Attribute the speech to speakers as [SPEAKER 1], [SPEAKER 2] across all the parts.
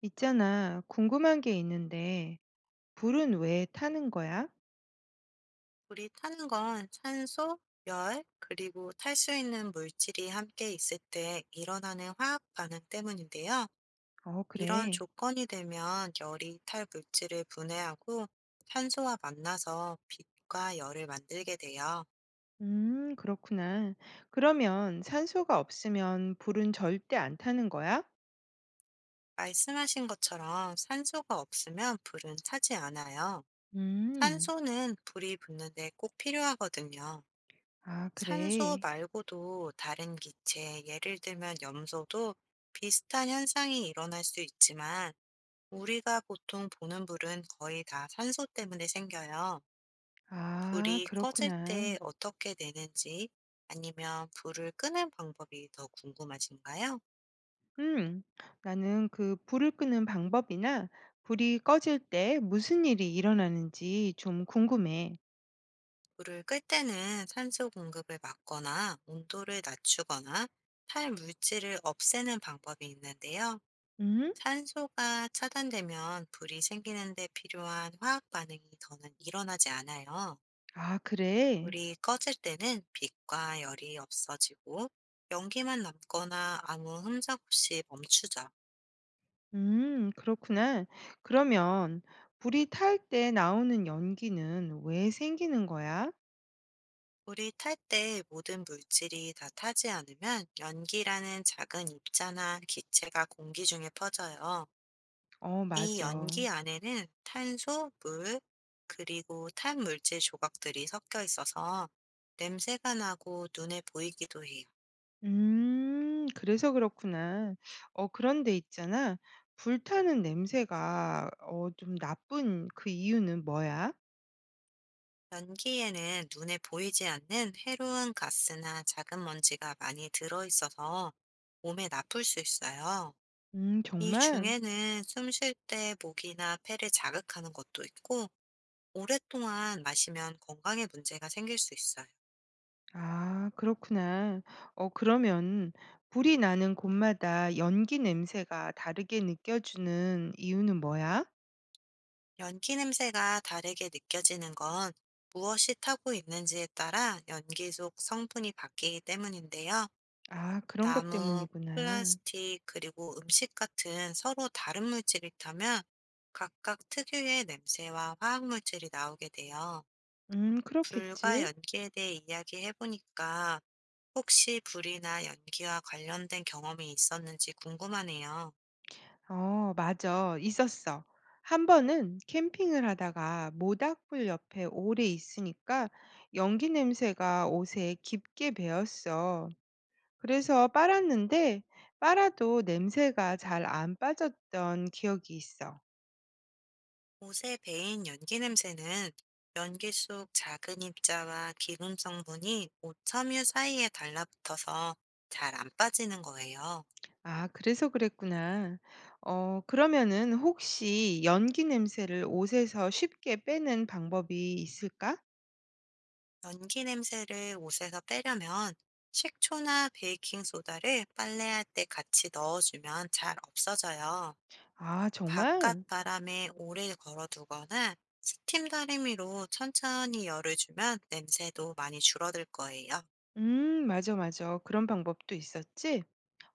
[SPEAKER 1] 있잖아, 궁금한 게 있는데, 불은 왜 타는 거야?
[SPEAKER 2] 물이 타는 건 산소, 열, 그리고 탈 수 있는 물질이 함께 있을 때 일어나는 화학 반응 때문인데요.
[SPEAKER 1] 어,
[SPEAKER 2] 이런
[SPEAKER 1] 그래.
[SPEAKER 2] 조건이 되면 열이 탈 물질을 분해하고 산소와 만나서 빛과 열을 만들게 돼요.
[SPEAKER 1] 그렇구나. 그러면 산소가 없으면 불은 절대 안 타는 거야?
[SPEAKER 2] 말씀하신 것처럼 산소가 없으면 불은 타지 않아요.
[SPEAKER 1] 음,
[SPEAKER 2] 산소는 불이 붙는데 꼭 필요하거든요.
[SPEAKER 1] 아,
[SPEAKER 2] 산소
[SPEAKER 1] 그래.
[SPEAKER 2] 말고도 다른 기체, 예를 들면 염소도 비슷한 현상이 일어날 수 있지만 우리가 보통 보는 불은 거의 다 산소 때문에 생겨요.
[SPEAKER 1] 아,
[SPEAKER 2] 불이 꺼질 때
[SPEAKER 1] 그렇구나.
[SPEAKER 2] 어떻게 되는지 아니면 불을 끄는 방법이 더 궁금하신가요?
[SPEAKER 1] 음, 나는 그 불을 끄는 방법이나 불이 꺼질 때 무슨 일이 일어나는지 좀 궁금해.
[SPEAKER 2] 불을 끌 때는 산소 공급을 막거나 온도를 낮추거나 탈 물질을 없애는 방법이 있는데요.
[SPEAKER 1] 음,
[SPEAKER 2] 산소가 차단되면 불이 생기는데 필요한 화학 반응이 더는 일어나지 않아요.
[SPEAKER 1] 아, 그래.
[SPEAKER 2] 불이 꺼질 때는 빛과 열이 없어지고 연기만 남거나 아무 흔적 없이 멈추죠.
[SPEAKER 1] 그렇구나. 그러면 불이 탈 때 나오는 연기는 왜 생기는 거야?
[SPEAKER 2] 불이 탈 때 모든 물질이 다 타지 않으면 연기라는 작은 입자나 기체가 공기 중에 퍼져요.
[SPEAKER 1] 어,
[SPEAKER 2] 이
[SPEAKER 1] 맞아.
[SPEAKER 2] 연기 안에는 탄소, 물, 그리고 탄물질 조각들이 섞여 있어서 냄새가 나고 눈에 보이기도 해요.
[SPEAKER 1] 그래서 그렇구나. 어, 그런데 있잖아. 불타는 냄새가 좀 나쁜 그 이유는 뭐야?
[SPEAKER 2] 연기에는 눈에 보이지 않는 해로운 가스나 작은 먼지가 많이 들어있어서 몸에 나쁠 수 있어요. 이
[SPEAKER 1] 정말?
[SPEAKER 2] 중에는 숨쉴 때 목이나 폐를 자극하는 것도 있고, 오랫동안 마시면 건강에 문제가 생길 수 있어요.
[SPEAKER 1] 아, 그렇구나. 어, 그러면 불이 나는 곳마다 연기 냄새가 다르게 느껴지는 이유는 뭐야?
[SPEAKER 2] 연기 냄새가 다르게 느껴지는 건 무엇이 타고 있는지에 따라 연기 속 성분이 바뀌기 때문인데요.
[SPEAKER 1] 아, 그런 것
[SPEAKER 2] 나무,
[SPEAKER 1] 때문이구나.
[SPEAKER 2] 플라스틱, 그리고 음식 같은 서로 다른 물질이 타면 각각 특유의 냄새와 화학 물질이 나오게 돼요. 불과
[SPEAKER 1] 그렇겠지.
[SPEAKER 2] 연기에 대해 이야기해 보니까 혹시 불이나 연기와 관련된 경험이 있었는지 궁금하네요.
[SPEAKER 1] 어 맞아. 있었어. 한 번은 캠핑을 하다가 모닥불 옆에 오래 있으니까 연기 냄새가 옷에 깊게 배었어. 그래서 빨았는데 빨아도 냄새가 잘 안 빠졌던 기억이 있어.
[SPEAKER 2] 옷에 배인 연기 냄새는 연기 속 작은 입자와 기름 성분이 옷 섬유 사이에 달라붙어서 잘 안 빠지는 거예요.
[SPEAKER 1] 아 그래서 그랬구나. 어 그러면은 혹시 연기 냄새를 옷에서 쉽게 빼는 방법이 있을까?
[SPEAKER 2] 연기 냄새를 옷에서 빼려면 식초나 베이킹소다를 빨래할 때 같이 넣어주면 잘 없어져요.
[SPEAKER 1] 아
[SPEAKER 2] 바깥
[SPEAKER 1] 정말?
[SPEAKER 2] 바람에 오래 걸어두거나 스팀 다리미로 천천히 열을 주면 냄새도 많이 줄어들 거예요.
[SPEAKER 1] 맞아, 맞아. 그런 방법도 있었지?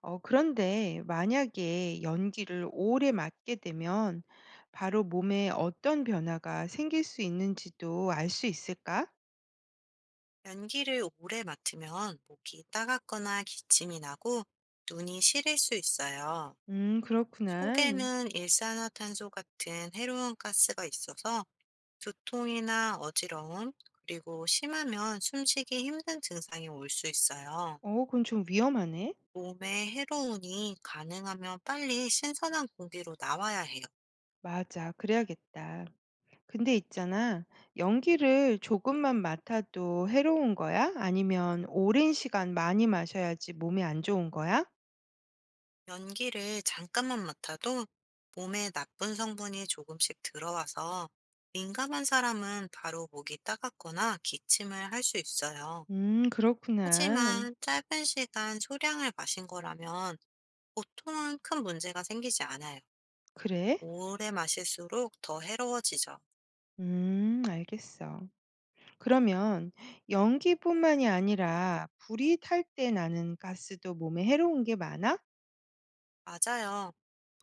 [SPEAKER 1] 어 그런데 만약에 연기를 오래 맡게 되면 바로 몸에 어떤 변화가 생길 수 있는지도 알 수 있을까?
[SPEAKER 2] 연기를 오래 맡으면 목이 따갑거나 기침이 나고 눈이 시릴 수 있어요.
[SPEAKER 1] 그렇구나.
[SPEAKER 2] 속에는 일산화탄소 같은 해로운 가스가 있어서 두통이나 어지러움, 그리고 심하면 숨쉬기 힘든 증상이 올 수 있어요.
[SPEAKER 1] 어 그건 좀 위험하네.
[SPEAKER 2] 몸의 해로운이 가능하면 빨리 신선한 공기로 나와야 해요.
[SPEAKER 1] 맞아. 그래야겠다. 근데 있잖아. 연기를 조금만 맡아도 해로운 거야? 아니면 오랜 시간 많이 마셔야지 몸에 안 좋은 거야?
[SPEAKER 2] 연기를 잠깐만 맡아도 몸에 나쁜 성분이 조금씩 들어와서 민감한 사람은 바로 목이 따갑거나 기침을 할 수 있어요.
[SPEAKER 1] 그렇구나.
[SPEAKER 2] 하지만 짧은 시간 소량을 마신 거라면 보통은 큰 문제가 생기지 않아요.
[SPEAKER 1] 그래?
[SPEAKER 2] 오래 마실수록 더 해로워지죠.
[SPEAKER 1] 알겠어. 그러면 연기뿐만이 아니라 불이 탈 때 나는 가스도 몸에 해로운 게 많아?
[SPEAKER 2] 맞아요.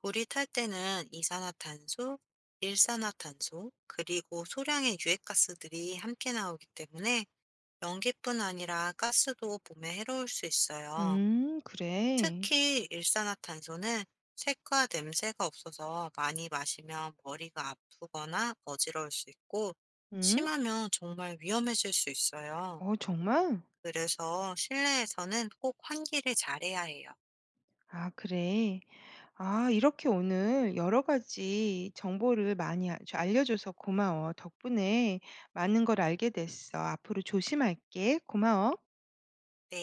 [SPEAKER 2] 불이 탈 때는 이산화탄소, 일산화탄소, 그리고 소량의 유해가스들이 함께 나오기 때문에 연기뿐 아니라 가스도 몸에 해로울 수 있어요.
[SPEAKER 1] 그래.
[SPEAKER 2] 특히 일산화탄소는 색과 냄새가 없어서 많이 마시면 머리가 아프거나 어지러울 수 있고,
[SPEAKER 1] 응?
[SPEAKER 2] 심하면 정말 위험해질 수 있어요.
[SPEAKER 1] 어, 정말?
[SPEAKER 2] 그래서 실내에서는 꼭 환기를 잘해야 해요.
[SPEAKER 1] 아, 그래. 아, 이렇게 오늘 여러 가지 정보를 많이 알려줘서 고마워. 덕분에 많은 걸 알게 됐어. 앞으로 조심할게. 고마워.
[SPEAKER 2] 네.